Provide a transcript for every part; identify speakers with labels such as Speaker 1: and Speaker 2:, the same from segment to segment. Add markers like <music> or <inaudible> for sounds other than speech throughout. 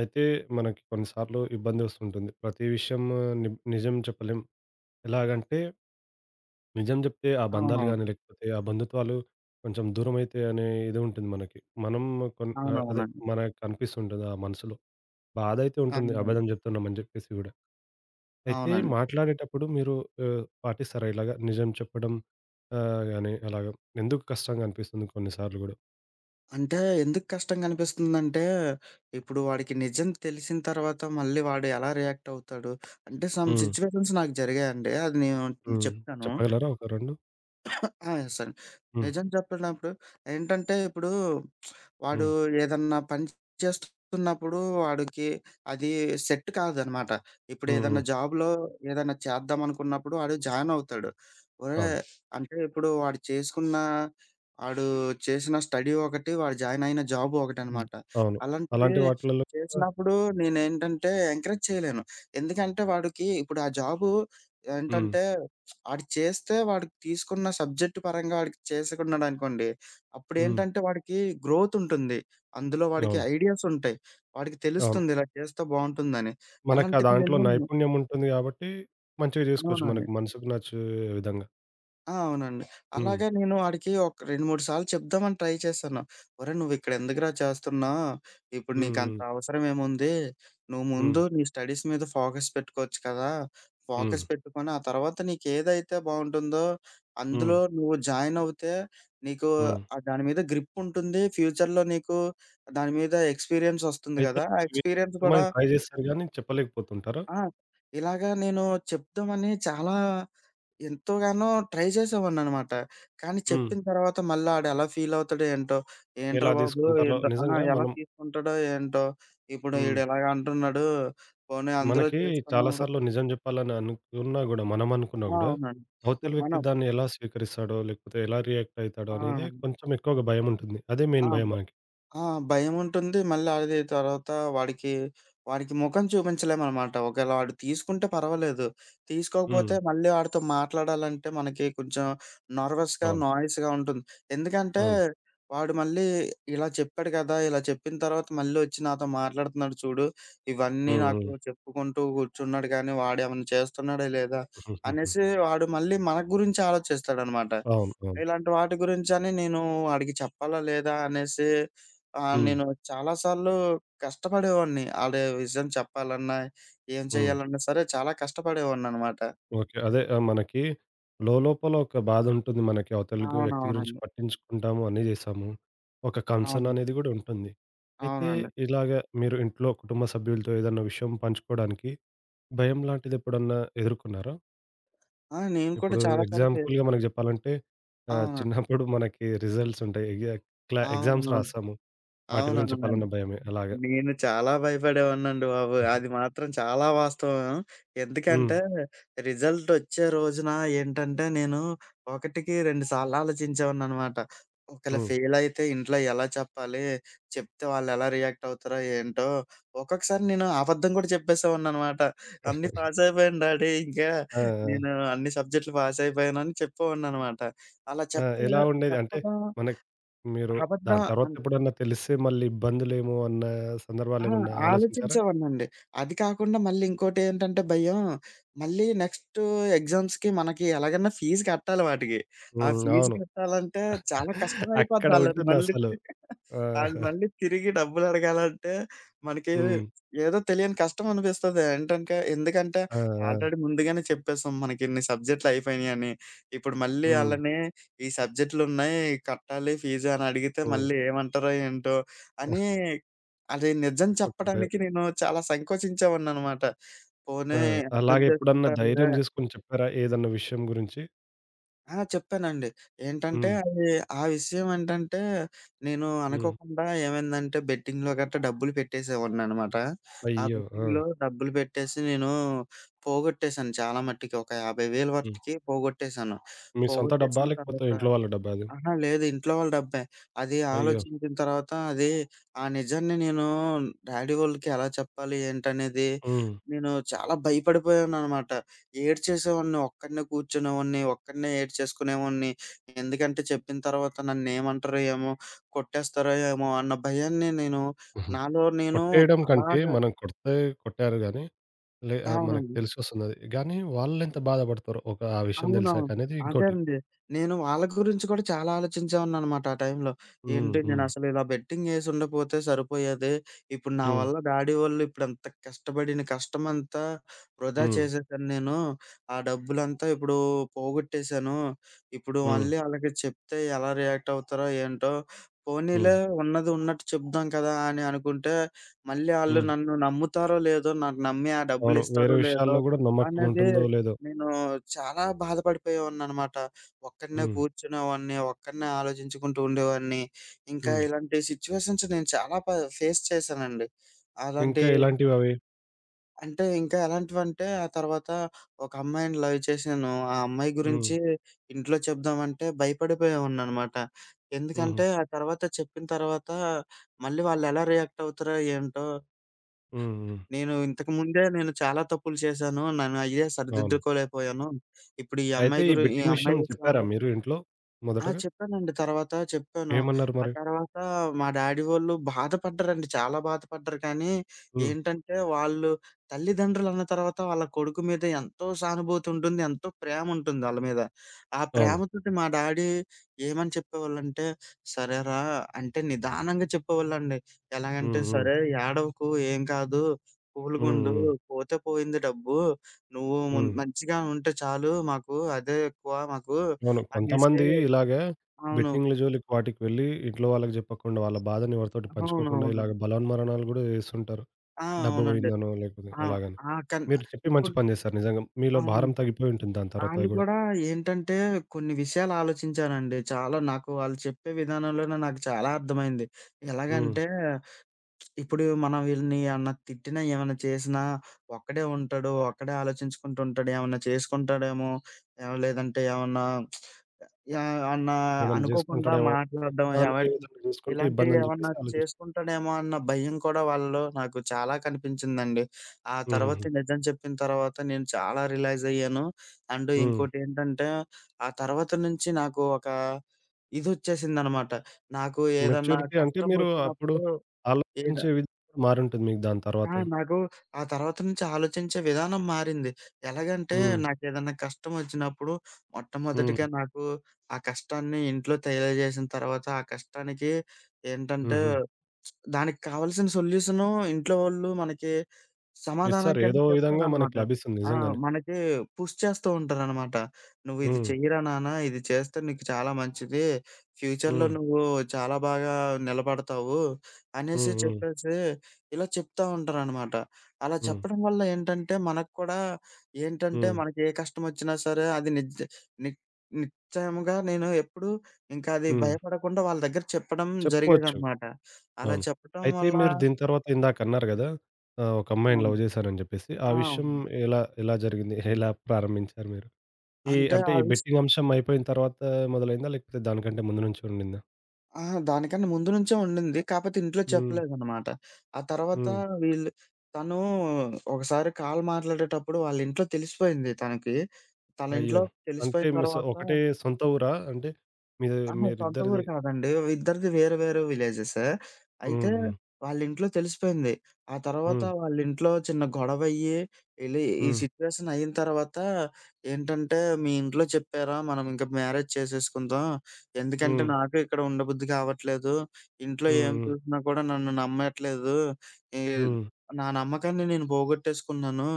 Speaker 1: అయితే మనకి కొన్నిసార్లు ఇబ్బంది వస్తుంటుంది. ప్రతి విషయం ని నిజం చెప్పలేం. ఎలాగంటే నిజం జెప్తే ఆ బంధాలు
Speaker 2: అవునవును.
Speaker 1: గాని, లేకపోతే ఆ బంధుత్వాలు కొంచెం దూరమైతాయి అనే ఇది ఉంటుంది మనకి. మనం అదే
Speaker 2: అవునవునండి.
Speaker 1: మనకు కనిపిస్తుంటది ఆ మనసులో. బాధైతే ఉంటుంది
Speaker 2: అవునండి.
Speaker 1: అబద్ధం జెప్తున్నామని జెప్పేసి గూడా. అయితే
Speaker 2: అవునండి.
Speaker 1: మాట్లాడేటప్పుడు మీరు పాటిస్తారా ఇలాగ నిజం చెప్పడం గాని అలాగ? ఎందుకు కష్టంగా అనిపిస్తుంది కొన్నిసార్లు గూడా?
Speaker 2: అంటే ఎందుకు కష్టంగా అనిపిస్తుందంటే, ఇప్పుడు వాడికి నిజం తెలిసిన తర్వాత మళ్ళీ వాడు ఎలా రియాక్ట్ అవుతాడు? అంటే సమ్
Speaker 1: హ్మ్.
Speaker 2: సిట్యుయేషన్స్ నాకు జరిగాయండి. అది నేను
Speaker 1: హ్మ్.
Speaker 2: చెప్తాను.
Speaker 1: చెప్పగలరా ఒక 2?
Speaker 2: యెస్ అండి.
Speaker 1: హ్మ్.
Speaker 2: నిజం చెప్పినప్పుడు ఏంటంటే ఇప్పుడు వాడు
Speaker 1: హ్మ్.
Speaker 2: ఏదన్నా పని చేస్తున్నప్పుడు వాడికి అది సెట్ కాదనమాట. ఇప్పుడు
Speaker 1: హ్మ్. హ్మ్.
Speaker 2: ఏదన్నా జాబ్‌లో ఏదన్నా చేద్దాం అనుకున్నప్పుడు వాడు జాయిన్ అవుతాడు. ఒరేయ్!
Speaker 1: అవును.
Speaker 2: అంటే ఇప్పుడు వాడు చేసిన స్టడీ ఒకటి, వాడు జాయిన్ అయిన జాబ్
Speaker 1: హ్మ్.
Speaker 2: ఒకటనమాట.
Speaker 1: అవును.
Speaker 2: అలాంటివి
Speaker 1: అలాంటి వాటిలలో కూడా
Speaker 2: చేసినప్పుడు నేనేంటంటే ఎంకరేజ్ చేయలేను. ఎందుకంటే వాడికి ఇప్పుడు ఆ జాబు
Speaker 1: హ్మ్.
Speaker 2: ఏంటంటే ఆడు చేస్తే వాడికి తీసుకున్న సబ్జెక్ట్ పరంగా ఆడికి చేసుకున్నాడనుకోండి,
Speaker 1: హ్మ్.
Speaker 2: అప్పుడేంటంటే వాడికి గ్రోతుంటుంది. అందులో వాడికి
Speaker 1: అవును.
Speaker 2: ఐడియాసుంటాయి. వాడికి
Speaker 1: అవును.
Speaker 2: తెలుస్తుంది ఇలా చేస్తే బావుంటుందని.
Speaker 1: మనకా
Speaker 2: అలాంటిది
Speaker 1: దాంట్లో
Speaker 2: నేను
Speaker 1: నైపుణ్యం ఉంటుంది గాబట్టి, మంచిగా జేసుకోవచ్చు.
Speaker 2: అవునండి.
Speaker 1: మనకు మనసుకు నచ్చే విధంగా.
Speaker 2: అవునండి.
Speaker 1: హ్మ్.
Speaker 2: అలాగే నేను ఆడికి ఒక 2, 3 సార్లు చెప్దామని ట్రై చేశాను. ఒరేయ్! నువ్విక్కడ ఎందుకురా చేస్తున్నావు? ఇప్పుడు
Speaker 1: హ్మ్.
Speaker 2: నీకంత
Speaker 1: హ్మ్.
Speaker 2: అవసరమేముంది? నువ్వు
Speaker 1: హ్మ్.
Speaker 2: ముందు నీ స్టడీస్ మీద ఫోకస్ పెట్టుకోవచ్చు కదా!
Speaker 1: హ్మ్.
Speaker 2: ఫోకస్ పెట్టుకొని ఆ తర్వాత నీకేదైతే బావుంటుందో
Speaker 1: హ్మ్.
Speaker 2: అందులో నువ్వు జాయిన్ అవుతే నీకు
Speaker 1: హ్మ్.
Speaker 2: దాని మీద గ్రిప్ ఉంటుంది. ఫ్యూచర్‌లో నీకు దాని మీద ఎక్స్‌పీరియన్స్ వస్తుంది
Speaker 1: అయితే
Speaker 2: గదా! ఆ
Speaker 1: ఇవి
Speaker 2: ఎక్స్‌పీరియన్స్ కూడా
Speaker 1: మనం ట్రై జేస్తారు గానీ చెప్పలేకపోతుంటారా?
Speaker 2: ఆ! ఇలాగా నేను చెప్దామని చాలా ఎంతోగానో ట్రై చేసేవాడిననమాట. కానీ
Speaker 1: హ్మ్.
Speaker 2: చెప్పిన తర్వాత మళ్ళా ఆడెలా ఫీలవుతాడో ఏంటో! ఏంట్రా
Speaker 1: ఎలా
Speaker 2: బాబు!
Speaker 1: దీసుకుంటారో
Speaker 2: ఏంటో ఆ!
Speaker 1: నిజంగా
Speaker 2: ఎలా
Speaker 1: మనం.
Speaker 2: తీసుకుంటాడో ఏంటో! ఇప్పుడు
Speaker 1: హ్మ్.
Speaker 2: ఈడిలాగ అంటున్నాడు. పోనీ అందులో
Speaker 1: మనకి
Speaker 2: చేసుకున్నాం.
Speaker 1: చాలా సార్లు నిజం జెప్పాలని అనుకున్నా గూడా, మనం అనుకున్నా
Speaker 2: ఆ!
Speaker 1: గూడా,
Speaker 2: అవునండి.
Speaker 1: అవతల వ్యక్తి
Speaker 2: మనం
Speaker 1: దాన్ని ఎలా స్వీకరిస్తాడో, లేకపోతే ఎలా రియాక్ట్ అయితాడో
Speaker 2: ఆ!
Speaker 1: అనేదే కొంచెం ఎక్కువగా భయముంటుంది. అదే
Speaker 2: ఆ!
Speaker 1: మెయిన్ భయం మనకి.
Speaker 2: ఆ! భయముంటుంది. మళ్ళీ అది తర్వాత వాడికి, వాడికి ముఖం చూపించలేమనమాట. ఒకవేళ వాడు తీసుకుంటే పర్వాలేదు.
Speaker 1: హ్మ్.
Speaker 2: తీసుకోకపోతే మళ్ళీ వాడితో మాట్లాడాలంటే మనకి కొంచెం నర్వస్‌గా,
Speaker 1: అవును.
Speaker 2: నాయిస్‌గా ఉంటుంది. ఎందుకంటే
Speaker 1: అవును.
Speaker 2: వాడు మళ్ళీ ఇలా చెప్పాడు కదా! ఇలా చెప్పిన తర్వాత మళ్ళీ వచ్చి నాతో మాట్లాడుతున్నాడు చూడు. ఇవన్నీ
Speaker 1: హ్మ్.
Speaker 2: నాకు
Speaker 1: హ్మ్.
Speaker 2: చెప్పుకుంటూ కూర్చున్నాడు కానీ వాడేమన్నా చేస్తున్నాడా లేదా?
Speaker 1: హుహుహు.
Speaker 2: అనేసి వాడు మళ్ళీ మన గురించి ఆలోచిస్తాడనమాట.
Speaker 1: అవును. అవును.
Speaker 2: ఇలాంటి వాటి గురించని నేను వాడికి చెప్పాలా లేదా అనేసి,
Speaker 1: హ్మ్.
Speaker 2: నేను చాలా సార్లు కష్టపడేవాడిని. ఆడే విషయం చెప్పాలన్నా, ఏం
Speaker 1: హ్మ్.
Speaker 2: చేయాలన్నా సరే చాలా కష్టపడేవాడిననమాట.
Speaker 1: ఓకే. అదే మనకి లోలోపల ఒక బాధుంటుంది. మనకి అవతల వ్యక్తి గురించి
Speaker 2: అవునవునండి.
Speaker 1: పట్టించుకుంటాము, అన్నీ జేసాము. ఒక కన్సర్న్
Speaker 2: అవును.
Speaker 1: అనేది గూడా ఉంటుంది. అయితే
Speaker 2: అవునండి.
Speaker 1: ఇలాగ మీరు ఇంట్లో కుటుంబ సభ్యులతో ఏదన్నా విషయం పంచుకోవడానికి భయం లాంటిది ఎప్పుడన్నా ఎదుర్కొన్నారా?
Speaker 2: నేను కూడా
Speaker 1: ఇప్పుడు
Speaker 2: చాలా సార్లు
Speaker 1: ఎగ్జాంపుల్‌గా మనకు జెప్పాలంటే
Speaker 2: అవునండి.
Speaker 1: చిన్నప్పుడు మనకి రిజల్ట్స్ ఉంటాయి. ఎగ్ ఎగ్జామ్స్
Speaker 2: అవునవును.
Speaker 1: రాసాము. వాటి గురించి
Speaker 2: అవునవునండి.
Speaker 1: పలానా భయమే అలాగా.
Speaker 2: నేను చాలా భయపడేవాడినండి బాబు. అది మాత్రం చాలా వాస్తవం.
Speaker 1: హ్మ్.
Speaker 2: ఎందుకంటే రిజల్టొచ్చే రోజున ఏంటంటే నేను 1కి 2 సార్లు ఆలోచించేవాడిననమాట. ఒకవేళ
Speaker 1: హ్మ్.
Speaker 2: ఫెయిలయితే ఇంట్లో ఎలా చెప్పాలి? చెప్తే వాళ్ళెలా రియాక్ట్ అవుతారో ఏంటో? ఒక్కొక్కసారి నేను అబద్ధం కూడా చెప్పేసేవాడిననమాట. అన్నీ
Speaker 1: <laughs>
Speaker 2: పాసయిపోయాను డాడీ ఇంకా
Speaker 1: ఆ!
Speaker 2: నేను
Speaker 1: ఆ!
Speaker 2: అన్ని సబ్జెక్టులు పాసయిపోయానని చెప్పేవాడిననమాట. అలా
Speaker 1: ఆ!
Speaker 2: చెప్పే
Speaker 1: ఎలా ఉండేది? అంటే
Speaker 2: చెప్పడం
Speaker 1: మనకి మీరు దాని
Speaker 2: అబద్ధం
Speaker 1: తర్వాత ఎప్పుడన్నా తెలిస్తే మళ్ళీ ఇబ్బందులేమో అన్న
Speaker 2: ఆ!
Speaker 1: సందర్భాలేమన్నా ఆలోచించారా?
Speaker 2: ఆలోచించేవాడినండి. అది కాకుండా మళ్ళీ ఇంకోటేంటంటే భయం, మళ్ళీ నెక్స్ట్ ఎగ్జామ్స్‌కి మనకి ఎలాగన్నా ఫీజు కట్టాలి వాటికి. ఆ
Speaker 1: హ్మ్.
Speaker 2: ఫీజు
Speaker 1: అవును.
Speaker 2: కట్టాలంటే చాలా
Speaker 1: అక్కడ
Speaker 2: కష్టమైపోద్ది ఆళ్ళని మళ్ళీ.
Speaker 1: ఉంటుందసలు. ఆ!
Speaker 2: ఆళ్ళు మళ్ళీ తిరిగి డబ్బులడగాలంటే మనకి
Speaker 1: హ్మ్.
Speaker 2: ఏదో తెలియని కష్టం అనిపిస్తది. ఎందుకంటే
Speaker 1: ఆ! ఆ!
Speaker 2: ఆల్రెడీ ముందుగానే చెప్పేసాం మనకిన్ని సబ్జెక్ట్‌లు అయిపోయినియని. ఇప్పుడు మళ్ళీ
Speaker 1: హ్మ్.
Speaker 2: ఆళ్ళని ఈ సబ్జెక్ట్‌లున్నాయి, కట్టాలి ఫీజు అని అడిగితే
Speaker 1: హ్మ్.
Speaker 2: మళ్ళీ ఏమంటారో ఏంటో అని, అది నిజం
Speaker 1: ఒక భయం.
Speaker 2: చెప్పడానికి నేను చాలా సంకోచించేవాడిననమాట.
Speaker 1: ఆ!
Speaker 2: పోనీ అర్థం
Speaker 1: అలాగే ఎప్పుడన్నా
Speaker 2: చేసుకుంటారులే.
Speaker 1: ధైర్యం చేసుకొని చెప్పారా ఏదన్నా విషయం గురించి?
Speaker 2: చెప్పానండి. ఏంటంటే
Speaker 1: హ్మ్.
Speaker 2: అది ఆ విషయం ఏంటంటే, నేను
Speaker 1: హ్మ్.
Speaker 2: అనుకోకుండా ఏమైందంటే బెట్టింగ్‌లో గట్టా డబ్బులు పెట్టేసేవాడిననమాట. ఆ
Speaker 1: అయ్యో! ఆ!
Speaker 2: బెట్టింగ్‌లో డబ్బులు పెట్టేసి నేను పోగొట్టేశాను చాలా మట్టికి. ఒక 50,000
Speaker 1: హ్మ్.
Speaker 2: వరకి పోగొట్టేశాను.
Speaker 1: మీ సొంత డబ్బా?
Speaker 2: పోగొట్టేసిన
Speaker 1: లేకపోతే
Speaker 2: తర్వాత
Speaker 1: ఇంట్లో వాళ్ళ డబ్బా అది?
Speaker 2: అహా! లేదు. ఇంట్లో వాళ్ళ డబ్బే. అది
Speaker 1: అయ్యో!
Speaker 2: ఆలోచించిన తర్వాత అది ఆ నిజాన్ని నేను డాడీ వోళ్ళకి ఎలా చెప్పాలి ఏంటనేది
Speaker 1: హ్మ్.
Speaker 2: నేను చాలా భయపడిపోయాననమాట. ఏడ్చేసేవాడిని. ఒక్కడినే కూర్చునేవాడిని. ఒక్కడినే ఏడ్చేసుకునేవాడిని. ఎందుకంటే చెప్పిన తర్వాత నన్నేమంటారో ఏమో, కొట్టేస్తారో ఏమో అన్న భయాన్ని నేను
Speaker 1: హుహు.
Speaker 2: నాలో నేను
Speaker 1: కొట్టేయడం కంటే
Speaker 2: అలాగా.
Speaker 1: మనం కొడితే కొట్టారు గాని ఆ! మనకు
Speaker 2: అవునండి.
Speaker 1: తెలిసొస్తుందది. గానీ వాళ్ళెంత బాధపడతారో ఒక ఆ విషయం తెలిసాక
Speaker 2: అవునవును.
Speaker 1: అనేది
Speaker 2: అదే
Speaker 1: ఇంకోటి.
Speaker 2: అండి. నేను వాళ్ళ గురించి కూడా చాలా ఆలోచించేవాడిననమాట ఆ టైంలో.
Speaker 1: హ్మ్.
Speaker 2: ఏంటి
Speaker 1: హ్మ్.
Speaker 2: నేనసలు ఇలా బెట్టింగేసి ఉండపోతే సరిపోయేది. ఇప్పుడు నా
Speaker 1: హ్మ్.
Speaker 2: వల్ల డాడీ వోళ్ళు ఇప్పుడంత కష్టపడిన కష్టమంతా వృధా
Speaker 1: హ్మ్.
Speaker 2: చేసేసాను నేను. ఆ డబ్బులంతా ఇప్పుడు పోగొట్టేశాను. ఇప్పుడు
Speaker 1: హ్మ్.
Speaker 2: మళ్ళీ ఆళ్ళకి చెప్తే ఎలా రియాక్ట్ అవుతారో ఏంటో. పోనీలే
Speaker 1: హ్మ్.
Speaker 2: ఉన్నది ఉన్నట్టు చెప్దాం కదా! అని అనుకుంటే, మళ్ళీ ఆళ్ళు
Speaker 1: హ్మ్.
Speaker 2: నన్ను నమ్ముతారో లేదో, నాకు నమ్మి ఆ
Speaker 1: అవును. వేరే
Speaker 2: డబ్బులిస్తారో లేదో
Speaker 1: విషయాల్లో గూడా నమ్మకం
Speaker 2: అనేది
Speaker 1: ఉంటుందో లేదో.
Speaker 2: నేను చాలా బాధపడిపోయేవాడిననమాట. ఒక్కడినే
Speaker 1: హ్మ్.
Speaker 2: కూర్చునేవాడిని, ఒక్కడినే ఆలోచించుకుంటూ ఉండేవాడిని. ఇంకా
Speaker 1: హ్మ్.
Speaker 2: ఇలాంటి సిట్యుయేషన్స్ నేను చాలా ఫేస్ చేశానండి. అలాంటి
Speaker 1: ఇంకా ఎలాంటివవి?
Speaker 2: అంటే ఇంకా ఎలాంటివంటే, ఆ తర్వాత ఒక అమ్మాయిని లవ్ చేశాను. ఆ అమ్మాయి
Speaker 1: హ్మ్.
Speaker 2: గురించి ఇంట్లో చెప్దామంటే భయపడిపోయేవాడిననమాట.
Speaker 1: హుహు.
Speaker 2: ఎందుకంటే, ఆ తర్వాత చెప్పిన తర్వాత మళ్ళీ వాళ్ళెలా రియాక్ట్ అవుతారో ఏంటో.
Speaker 1: హ్మ్. హ్మ్.
Speaker 2: ఇంతకు ముందే నేను చాలా తప్పులు చేశాను. నన్ను అయ్యే
Speaker 1: అవును.
Speaker 2: సరిదిద్దుకోలేకపోయాను. ఇప్పుడు ఈ
Speaker 1: అయితే
Speaker 2: అమ్మాయి
Speaker 1: ఈ
Speaker 2: ఈ
Speaker 1: బెట్టింగ్ విషయం
Speaker 2: అమ్మాయి
Speaker 1: చెప్పారా
Speaker 2: విషయంలో.
Speaker 1: మీరు ఇంట్లో
Speaker 2: ఆ!
Speaker 1: మొదటగా?
Speaker 2: చెప్పానండి. తర్వాత చెప్పాను.
Speaker 1: ఏమన్నారు
Speaker 2: ఆ
Speaker 1: మరి?
Speaker 2: తర్వాత మా డ్యాడీ వోళ్ళు బాధపడ్డారండి. చాలా బాధపడ్డారు. కానీ
Speaker 1: హ్మ్.
Speaker 2: ఏంటంటే, వాళ్ళు తల్లిదండ్రులన్న తర్వాత వాళ్ళ కొడుకు మీద ఎంతో సానుభూతి ఉంటుంది. ఎంతో ప్రేముంటుంది ఆళ్ళ మీద. ఆ
Speaker 1: అవును.
Speaker 2: ప్రేమతోటి మా డ్యాడీ ఏమని చెప్పేవాళ్ళంటే, "సరేరా" అంటే నిదానంగా చెప్పేవాళ్ళండి. ఎలాగంటే,
Speaker 1: హ్మ్. హ్మ్.
Speaker 2: "సరే, ఏడవకు, ఏం కాదు.
Speaker 1: హ్మ్.
Speaker 2: కూల్‌గుండు.
Speaker 1: హ్మ్.
Speaker 2: పోతే పోయింది డబ్బు. నువ్వు
Speaker 1: హ్మ్.
Speaker 2: మంచిగా ఉంటే చాలు మాకు. అదే ఎక్కువ మాకు"
Speaker 1: అవును.
Speaker 2: అనేసి.
Speaker 1: కొంతమంది ఇలాగే
Speaker 2: అవును.
Speaker 1: బెట్టింగ్‌ల హ్మ్. జోలికి వాటికి వెళ్ళి ఇంట్లో వాళ్ళకి జెప్పకుండా వాళ్ళ బాధని ఎవరితోటి పంచుకోకుండా
Speaker 2: అవునవునండి.
Speaker 1: ఇలాగ బలవన్మరణాలు గూడా జేస్తుంటారు.
Speaker 2: ఆ!
Speaker 1: డబ్బు
Speaker 2: అవునండి.
Speaker 1: బోయిందనో లేకపోతే
Speaker 2: ఆ!
Speaker 1: అలాగని.
Speaker 2: ఆ!
Speaker 1: మీరు చెప్పి మంచి
Speaker 2: ఇప్పుడు
Speaker 1: పని జేశారు నిజంగా. మీలో
Speaker 2: అవును.
Speaker 1: భారం తగ్గిపోయి ఉంటుంది దాని తర్వాత
Speaker 2: ఆళ్ళు
Speaker 1: గూడా.
Speaker 2: గూడా ఏంటంటే కొన్ని విషయాలు ఆలోచించానండి. చాలా నాకు వాళ్ళు చెప్పే విధానంలోనే నాకు చాలా అర్థమైంది.
Speaker 1: హ్మ్.
Speaker 2: ఎలాగంటే ఇప్పుడు మనం వీళ్ళని ఏమన్నా తిట్టినా, ఏమన్నా చేసినా ఒక్కడే ఉంటాడు. ఒక్కడే ఆలోచించుకుంటూ ఉంటాడు. ఏమన్నా చేసుకుంటాడేమో! లేదంటే ఏమన్నా ఏమన్నా
Speaker 1: ఏమన్నా
Speaker 2: అనుకోకుండా
Speaker 1: జేసుకుంటాడేమో
Speaker 2: మాట్లాడడం
Speaker 1: తాను
Speaker 2: ఎవరి
Speaker 1: ఏ విధంగా జూసుకుంటే
Speaker 2: ఇలాంటివి
Speaker 1: ఇబ్బందని
Speaker 2: ఏమన్నా
Speaker 1: జెప్పేసి ఆలోచించారు.
Speaker 2: చేసుకుంటాడేమో అన్న భయం కూడా వాళ్ళలో నాకు చాలా కనిపించిందండి. ఆ తర్వాత
Speaker 1: హుహుహు.
Speaker 2: నిజం చెప్పిన తర్వాత నేను చాలా రియలైజ్ అయ్యాను. అండ్
Speaker 1: హ్మ్.
Speaker 2: ఇంకోటేంటంటే ఆ తర్వాత నుంచి నాకు ఒక ఇదొచ్చేసిందనమాట. నాకు ఏదన్నా
Speaker 1: మెచ్యూరిటీ అంటే
Speaker 2: కష్టం
Speaker 1: మీరు అప్పుడు
Speaker 2: వచ్చినప్పుడు ఏద
Speaker 1: ఆలోచించే విధం మారుంటుంది మీకు దాని
Speaker 2: ఆ!
Speaker 1: తర్వాత.
Speaker 2: నాకు ఆ తర్వాత నుంచి ఆలోచించే విధానం మారింది. ఎలాగంటే
Speaker 1: హ్మ్.
Speaker 2: నాకేదన్నా కష్టమొచ్చినప్పుడు
Speaker 1: హ్మ్.
Speaker 2: మొట్టమొదటిగా నాకు ఆ కష్టాన్ని ఇంట్లో తెలియజేసిన తర్వాత ఆ కష్టానికి ఏంటంటే
Speaker 1: హుహు.
Speaker 2: దానికి కావాల్సిన సొల్యూషను ఇంట్లో వాళ్ళు మనకి సమాధానం
Speaker 1: ఇస్తారు.
Speaker 2: కింద
Speaker 1: ఏదో విధంగా మనకు
Speaker 2: చెప్తారనమాట.
Speaker 1: లభిస్తుంది
Speaker 2: ఆ!
Speaker 1: నిజంగానే.
Speaker 2: మనకి పుష్ చేస్తూ ఉంటారనమాట. "నువ్విది
Speaker 1: హ్మ్.
Speaker 2: చెయ్యరా నాన్న! ఇది చేస్తే నీకు చాలా మంచిది. ఫ్యూచర్‌లో
Speaker 1: హ్మ్.
Speaker 2: నువ్వు చాలా బాగా నిలబడతావు" అనేసి
Speaker 1: హ్మ్. హ్మ్.
Speaker 2: చెప్పేసి ఇలా చెప్తా ఉంటారనమాట. అలా
Speaker 1: హ్మ్.
Speaker 2: చెప్పడం వల్ల ఏంటంటే, మనకు కూడా ఏంటంటే,
Speaker 1: హ్మ్.
Speaker 2: మనకి ఏ కష్టమొచ్చినా సరే అది నిజ్ ని నిశ్చయముగా నేను ఎప్పుడు ఇంకా అది
Speaker 1: హ్మ్.
Speaker 2: భయపడకుండా వాళ్ళ దగ్గర చెప్పడం
Speaker 1: చెప్పుకోవచ్చు.
Speaker 2: జరిగేదనమాట. అలా
Speaker 1: అవును.
Speaker 2: చెప్పటం
Speaker 1: అయితే
Speaker 2: వల్ల
Speaker 1: మీరు దీని తర్వాత ఇందాకన్నారు గదా! ఒక అమ్మాయిని
Speaker 2: అవును.
Speaker 1: లవ్ జేశానని జెప్పేసి. ఆ
Speaker 2: ఆ!
Speaker 1: విషయం
Speaker 2: అవును.
Speaker 1: ఎలా ఎలా జరిగింది? ఎలా ప్రారంభించారు మీరు? ఈ
Speaker 2: అంటే
Speaker 1: అంటే
Speaker 2: ఆ
Speaker 1: ఈ బెట్టింగ్ అంశం అయిపోయిన తర్వాత మొదలైందా? లేకపోతే దానికంటే ముందు నుంచి ఉండిందా?
Speaker 2: ఆ! దానికన్నా ముందు నుంచే ఉండింది. కాపోతే ఇంట్లో
Speaker 1: హ్మ్.
Speaker 2: చెప్పలేదనమాట. ఆ తర్వాత
Speaker 1: హ్మ్.
Speaker 2: వీళ్ళు తను ఒకసారి కాల్ మాట్లాడేటప్పుడు వాళ్ళ ఇంట్లో తెలిసిపోయింది తనకి. తన
Speaker 1: అయ్యో!
Speaker 2: ఇంట్లో
Speaker 1: అంటే
Speaker 2: తెలిసిపోయిన
Speaker 1: మీ సొ
Speaker 2: తర్వాత
Speaker 1: ఒకటే సొంత ఊరా? అంటే మీది
Speaker 2: అహా! సొంత ఊరు
Speaker 1: మీరిద్దరిది.
Speaker 2: కాదండి. ఇద్దరిది వేరు వేరు విలేజెసే. అయితే
Speaker 1: హ్మ్.
Speaker 2: వాళ్ళింట్లో తెలిసిపోయింది. ఆ తర్వాత
Speaker 1: హ్మ్.
Speaker 2: వాళ్ళింట్లో చిన్న గొడవయ్యి, ఈ
Speaker 1: హ్మ్.
Speaker 2: సిట్యుయేషన్ అయిన తర్వాత ఏంటంటే, "మీ ఇంట్లో చెప్పారా? మనం ఇంక మ్యారేజ్ చేసేసుకుందాం. ఎందుకంటే
Speaker 1: హ్మ్.
Speaker 2: నాకు ఇక్కడ ఉండబుద్ధి కావట్లేదు. ఇంట్లో
Speaker 1: హ్మ్. హ్మ్.
Speaker 2: ఏం
Speaker 1: హ్మ్.
Speaker 2: చూసినా కూడా నన్ను నమ్మట్లేదు. ఈ
Speaker 1: హ్మ్.
Speaker 2: నా నమ్మకాన్ని నేను పోగొట్టేసుకున్నాను.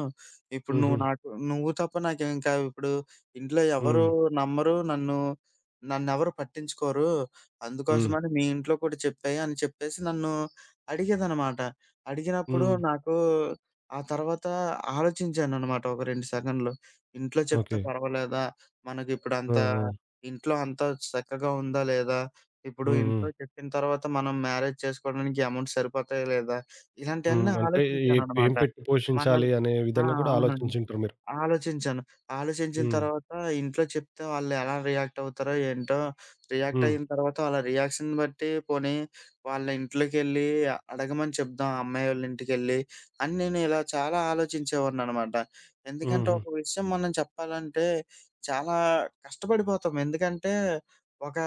Speaker 2: ఇప్పుడు నువ్వు
Speaker 1: హుహు.
Speaker 2: నాకు నువ్వు తప్ప నాకింకా ఇప్పుడు ఇంట్లో ఎవరు
Speaker 1: హ్మ్.
Speaker 2: నమ్మరు. నన్ను" నన్నెవరు పట్టించుకోరు.
Speaker 1: హ్మ్.
Speaker 2: అందుకోసమని మీ ఇంట్లో కూడా చెప్పేయి అని చెప్పేసి నన్ను అడిగేదనమాట. అడిగినప్పుడు
Speaker 1: హ్మ్.
Speaker 2: నాకు ఆ తర్వాత ఆలోచించాననమాట ఒక 2 సెకన్లు. ఇంట్లో చెప్తే
Speaker 1: ఓకే.
Speaker 2: పర్వాలేదా?
Speaker 1: ఆ!
Speaker 2: మనకిప్పుడంత
Speaker 1: ఆ!
Speaker 2: ఇంట్లో అంతా చక్కగా ఉందా లేదా? ఇప్పుడు
Speaker 1: హ్మ్.
Speaker 2: ఇంట్లో
Speaker 1: హ్మ్.
Speaker 2: చెప్పిన తర్వాత మనం మ్యారేజ్ చేసుకోవడానికి అమౌంట్ సరిపోతాయా లేదా?
Speaker 1: హ్మ్.
Speaker 2: ఇలాంటియన్నీ
Speaker 1: అంటే ఏ ఏం
Speaker 2: ఆలోచించాననమాట.
Speaker 1: పెట్టి
Speaker 2: మన
Speaker 1: పోషించాలి అనే
Speaker 2: ఆ!
Speaker 1: విధంగా కూడా
Speaker 2: అవునండి.
Speaker 1: ఆలోచించుంటారు మీరు.
Speaker 2: ఆలోచించాను. ఆలోచించిన
Speaker 1: హ్మ్.
Speaker 2: తర్వాత ఇంట్లో చెప్తే వాళ్ళెలా రియాక్ట్ అవుతారో ఏంటో, రియాక్ట్
Speaker 1: హ్మ్.
Speaker 2: అయిన తర్వాత వాళ్ళ రియాక్షన్ బట్టి పోనీ వాళ్ళ ఇంట్లోకెళ్ళి అడగమని చెప్దాం అమ్మాయోళ్ళ ఇంటికెళ్ళి అని నేను ఇలా చాలా ఆలోచించేవాడిననమాట. ఎందుకంటే
Speaker 1: హుహు.
Speaker 2: ఒక విషయం మనం చెప్పాలంటే చాలా కష్టపడిపోతాం. ఎందుకంటే ఒక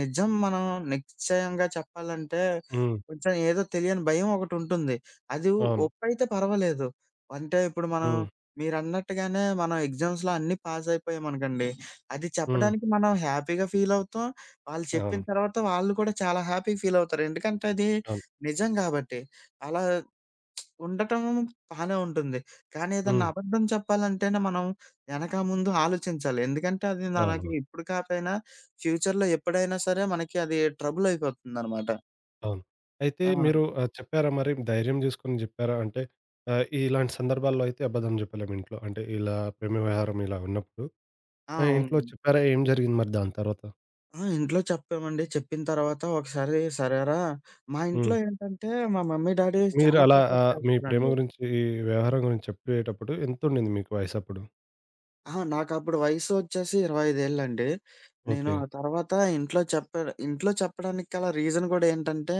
Speaker 2: నిజం మనం నిశ్చయంగా చెప్పాలంటే
Speaker 1: హ్మ్.
Speaker 2: కొంచెం ఏదో తెలియని భయం ఒకటుంటుంది. అది
Speaker 1: అవును.
Speaker 2: ఒప్పైతే పర్వాలేదు. అంటే ఇప్పుడు మనం
Speaker 1: హ్మ్.
Speaker 2: మీరన్నట్టుగానే మనం ఎగ్జామ్స్‌లో అన్నీ పాస్ అయిపోయామనుకోండి. అది
Speaker 1: హ్మ్.
Speaker 2: చెప్పడానికి మనం హ్యాపీగా ఫీలవుతాం. వాళ్ళు చెప్పిన
Speaker 1: అవును.
Speaker 2: తర్వాత వాళ్ళు కూడా చాలా హ్యాపీగా ఫీలవుతారు. ఎందుకంటే అది
Speaker 1: అవును.
Speaker 2: నిజం గాబట్టి. అలా ఉండటం బానే ఉంటుంది. కానీ ఏదన్నా
Speaker 1: హ్మ్.
Speaker 2: అబద్ధం చెప్పాలంటేనే మనం ఎనక, ముందు ఆలోచించాలి. ఎందుకంటే అది మనకి
Speaker 1: అవునవును.
Speaker 2: ఇప్పుడు కాపోయినా ఫ్యూచర్‌లో ఎప్పుడైనా సరే మనకి అది ట్రబుల్ అయిపోతుందనమాట.
Speaker 1: అవును. అయితే
Speaker 2: అవును.
Speaker 1: మీరు చెప్పారా మరి ధైర్యం చేసుకొని జెప్పారా? అంటే ఇలాంటి సందర్భాల్లో అయితే అబద్ధం జెప్పలేం ఇంట్లో. అంటే ఇలా ప్రేమ వ్యవహారం ఇలా ఉన్నప్పుడు
Speaker 2: ఆ!
Speaker 1: ఇంట్లో
Speaker 2: అవును.
Speaker 1: చెప్పారా? ఏం జరిగింది మరి దాని తర్వాత?
Speaker 2: ఆ! ఇంట్లో చెప్పామండి. చెప్పిన తర్వాత ఒకసారి సరేరా, మా ఇంట్లో
Speaker 1: హ్మ్.
Speaker 2: ఏంటంటే మా మమ్మీ, డ్యాడీ
Speaker 1: మీరు
Speaker 2: చాలా
Speaker 1: అలా
Speaker 2: సపోర్ట్
Speaker 1: మీ ప్రేమ
Speaker 2: చేస్తారండి.
Speaker 1: గురించి, ఈ వ్యవహారం గురించి చెప్పేటప్పుడు ఎంతుండింది మీకు వయసప్పుడు?
Speaker 2: ఆ! నాకప్పుడు వయసు వచ్చేసి 25 ఏళ్ళండి. నేను
Speaker 1: ఓకే.
Speaker 2: ఆ తర్వాత ఇంట్లో చెప్పా ఇంట్లో చెప్పడానికి గల రీజన్ గూడా ఏంటంటే,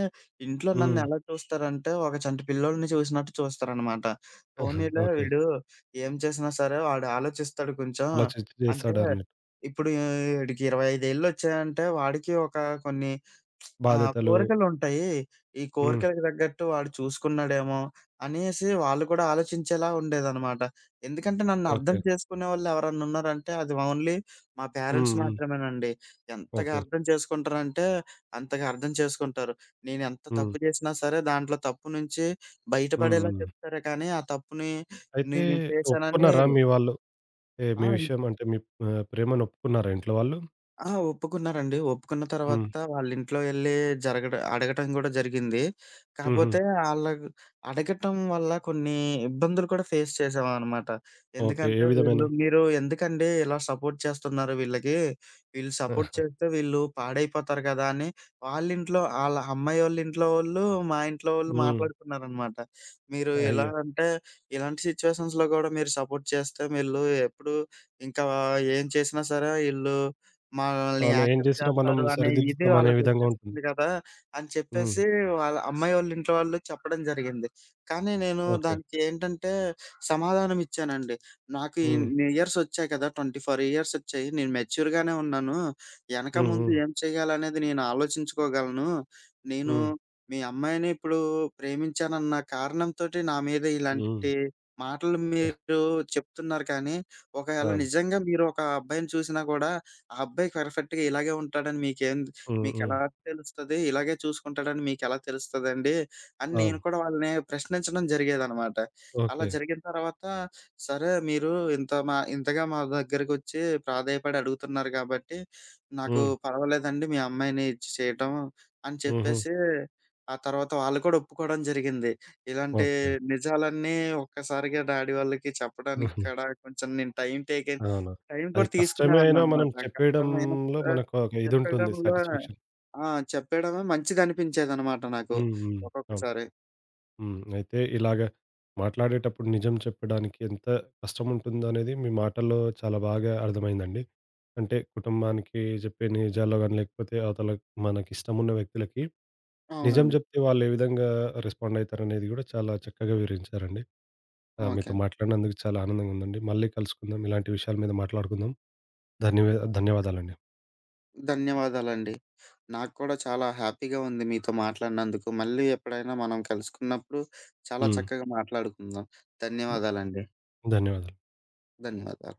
Speaker 2: ఇంట్లో
Speaker 1: హ్మ్.
Speaker 2: నన్నెలా చూస్తారంటే, ఒక చంటి పిల్లోడిని చూసినట్టు చూస్తారనమాట.
Speaker 1: <laughs> ఆహా!
Speaker 2: పోనీలే
Speaker 1: ఓకే.
Speaker 2: వీడు ఏం చేసినా సరే వాడు ఆలోచిస్తాడు కొంచెం.
Speaker 1: ఆలోచించి
Speaker 2: అంటే
Speaker 1: చేస్తాడన్నట్టు.
Speaker 2: ఇప్పుడు ఈడికి 25 ఏళ్ళొచ్చాయంటే వాడికి కొన్ని ఆ!
Speaker 1: బాధ్యతలు.
Speaker 2: కోరికలుంటాయి. ఈ
Speaker 1: హ్మ్.
Speaker 2: కోరికలకు తగ్గట్టు వాడు చూసుకున్నాడేమో అనేసి వాళ్ళు కూడా ఆలోచించేలా ఉండేదనమాట. ఎందుకంటే నన్నర్థం
Speaker 1: ఓకే.
Speaker 2: చేసుకునేవాళ్ళు ఎవరన్నున్నారంటే అది ఓన్లీ మా పేరెంట్స్
Speaker 1: హ్మ్. హ్మ్.
Speaker 2: మాత్రమేనండి. ఎంతగా
Speaker 1: ఓకే.
Speaker 2: అర్థం చేసుకుంటారంటే అంతగా అర్థం చేసుకుంటారు. నేనెంత
Speaker 1: హ్మ్.
Speaker 2: తప్పు చేసినా సరే దాంట్లో తప్పు నుంచి
Speaker 1: హ్మ్.
Speaker 2: బయటపడేలా
Speaker 1: హ్మ్.
Speaker 2: చెప్తారే కానీ, ఆ తప్పుని
Speaker 1: అయితే
Speaker 2: నేను చేశానని
Speaker 1: ఒప్పుకున్నారా మీ వాళ్ళు? ఏ
Speaker 2: ఆ!
Speaker 1: మీ విషయం అంటే మీ ప్రేమను ఒప్పుకున్నారా ఇంట్లో వాళ్ళు?
Speaker 2: ఆ! ఒప్పుకున్నారండి. ఒప్పుకున్న
Speaker 1: హ్మ్.
Speaker 2: తర్వాత వాళ్ళింట్లో ఎళ్లి అడగటం గూడా జరిగింది.
Speaker 1: హుహు.
Speaker 2: కాపోతే ఆళ్ళగ్ అడగటం వల్ల కొన్ని ఇబ్బందులు కూడా ఫేస్ చేశామనమాట.
Speaker 1: ఓకే. ఏ
Speaker 2: ఎందుకంటే
Speaker 1: విధమైన.
Speaker 2: వీళ్ళు "మీరు ఎందుకండి ఇలా సపోర్ట్ చేస్తున్నారు వీళ్ళకి? వీళ్ళు సపోర్ట్ చేస్తే వీళ్ళు పాడైపోతారు కదా!" అని వాళ్ళింట్లో ఆళ్ళ అమ్మాయి వాళ్ళింట్లో వాళ్ళు, మా ఇంట్లో వాళ్ళు
Speaker 1: హ్మ్.
Speaker 2: మాట్లాడుకున్నారనమాట. "మీరు ఇలా
Speaker 1: అయ్యో!
Speaker 2: అంటే ఇలాంటి సిట్యుయేషన్స్‌లో గూడా మీరు సపోర్ట్ చేస్తే వీళ్ళు ఎప్పుడు ఇంకా ఏం చేసినా సరే ఈళ్ళు" మనల్ని
Speaker 1: అవును. ఏం
Speaker 2: యాక్సెప్ట్
Speaker 1: చేసినా మనం
Speaker 2: చేస్తారు అనే ఇది
Speaker 1: సరిదిద్దుతాం అనే విధంగా ఉంటుంది.
Speaker 2: వాళ్ళకొచ్చేస్తుంది గదా! అని
Speaker 1: హ్మ్.
Speaker 2: చెప్పేసి వాళ్ళ అమ్మాయి వాళ్ళ ఇంట్లో వాళ్ళు చెప్పడం జరిగింది. కానీ నేను
Speaker 1: ఓకే.
Speaker 2: దానికి ఏంటంటే సమాధానం ఇచ్చానండి. నాకు
Speaker 1: హ్మ్.
Speaker 2: ఇన్ని ఇయర్స్ వచ్చాయి కదా! 24 ఇయర్స్ వచ్చాయి. నేను మెచ్యూర్‌గానే ఉన్నాను. ఎనక
Speaker 1: హ్మ్.
Speaker 2: ముందు
Speaker 1: హ్మ్.
Speaker 2: ఏం చేయాలనేది నేను ఆలోచించుకోగలను. నేను
Speaker 1: హ్మ్.
Speaker 2: మీ అమ్మాయిని ఇప్పుడు ప్రేమించానన్న కారణంతోటి నా మీద
Speaker 1: హ్మ్.
Speaker 2: ఇలాంటి మాటలు మీరు చెప్తున్నారు కానీ, ఒకవేళ
Speaker 1: అవును.
Speaker 2: నిజంగా మీరు ఒక అబ్బాయిని చూసినా గూడా ఆ అబ్బాయి పర్ఫెక్ట్‌గా ఇలాగే ఉంటాడని
Speaker 1: హ్మ్. హ్మ్.
Speaker 2: మీకెలా తెలుస్తది? ఇలాగే చూసుకుంటాడని మీకెలా తెలుస్తదండి? అని నేను
Speaker 1: అవును.
Speaker 2: కూడా వాళ్ళని ప్రశ్నించడం జరిగేదనమాట. అలా
Speaker 1: ఓకే.
Speaker 2: జరిగిన తర్వాత, సరే మీరు ఇంతగా మా దగ్గరకొచ్చి ప్రాధేయపడి అడుగుతున్నారు కాబట్టి, నాకు
Speaker 1: హ్మ్.
Speaker 2: పర్వాలేదండి మీ అమ్మాయిని ఇచ్చి చేయటం అని
Speaker 1: హుహు.
Speaker 2: చెప్పేసి, ఆ తర్వాత వాళ్ళు కూడా ఒప్పుకోవడం జరిగింది. ఇలాంటి
Speaker 1: ఓకే.
Speaker 2: నిజాలన్నీ ఒక్కసారిగా డాడీ వాళ్ళకి చెప్పడానికి
Speaker 1: హుహు.
Speaker 2: కూడా కొంచెం నేను
Speaker 1: అవును.
Speaker 2: టైం
Speaker 1: అది
Speaker 2: కూడా
Speaker 1: కష్టమే అయినా మనం
Speaker 2: తీసుకునేవాడిననమాట. కష్టమైన
Speaker 1: చెప్పేయడంలో
Speaker 2: కూడా
Speaker 1: మనకు ఒక ఇదుంటుంది
Speaker 2: చెప్పేయడంలో
Speaker 1: సాటిస్ఫాక్షన్.
Speaker 2: ఆ! చెప్పేయడమే మంచిదనిపించేదనమాట నాకు
Speaker 1: హ్మ్. హ్మ్. అవును.
Speaker 2: ఒక్కొక్కసారి.
Speaker 1: హ్మ్. అయితే ఇలాగ మాట్లాడేటప్పుడు నిజం చెప్పడానికి ఎంత కష్టముంటుందనేది మీ మాటల్లో చాలా బాగా అర్థమైందండి. అంటే కుటుంబానికి చెప్పే నిజాల్లో గాని, లేకపోతే అవతల మనకిష్టమున్న వ్యక్తులకి నిజం
Speaker 2: అవునండి.
Speaker 1: జెప్తే వాళ్ళు ఏ విధంగా రెస్పాండ్ అయితారనేది గూడా చాలా చక్కగా వివరించారండి.
Speaker 2: ఓకే.
Speaker 1: మీతో మాట్లాడినందుకు చాలా ఆనందంగా ఉందండి. మళ్ళీ కలుసుకుందాం. ఇలాంటి విషయాల మీద మాట్లాడుకుందాం. ధన్యవా ధన్యవాదాలండి.
Speaker 2: ధన్యవాదాలండి. నాకు కూడా చాలా హ్యాపీగా ఉంది మీతో మాట్లాడినందుకు. మళ్ళీ ఎప్పుడైనా మనం కలుసుకున్నప్పుడు చాలా
Speaker 1: హ్మ్.
Speaker 2: చక్కగా మాట్లాడుకుందాం. ధన్యవాదాలండి.
Speaker 1: ధన్యవాదాలు.
Speaker 2: ధన్యవాదాలు.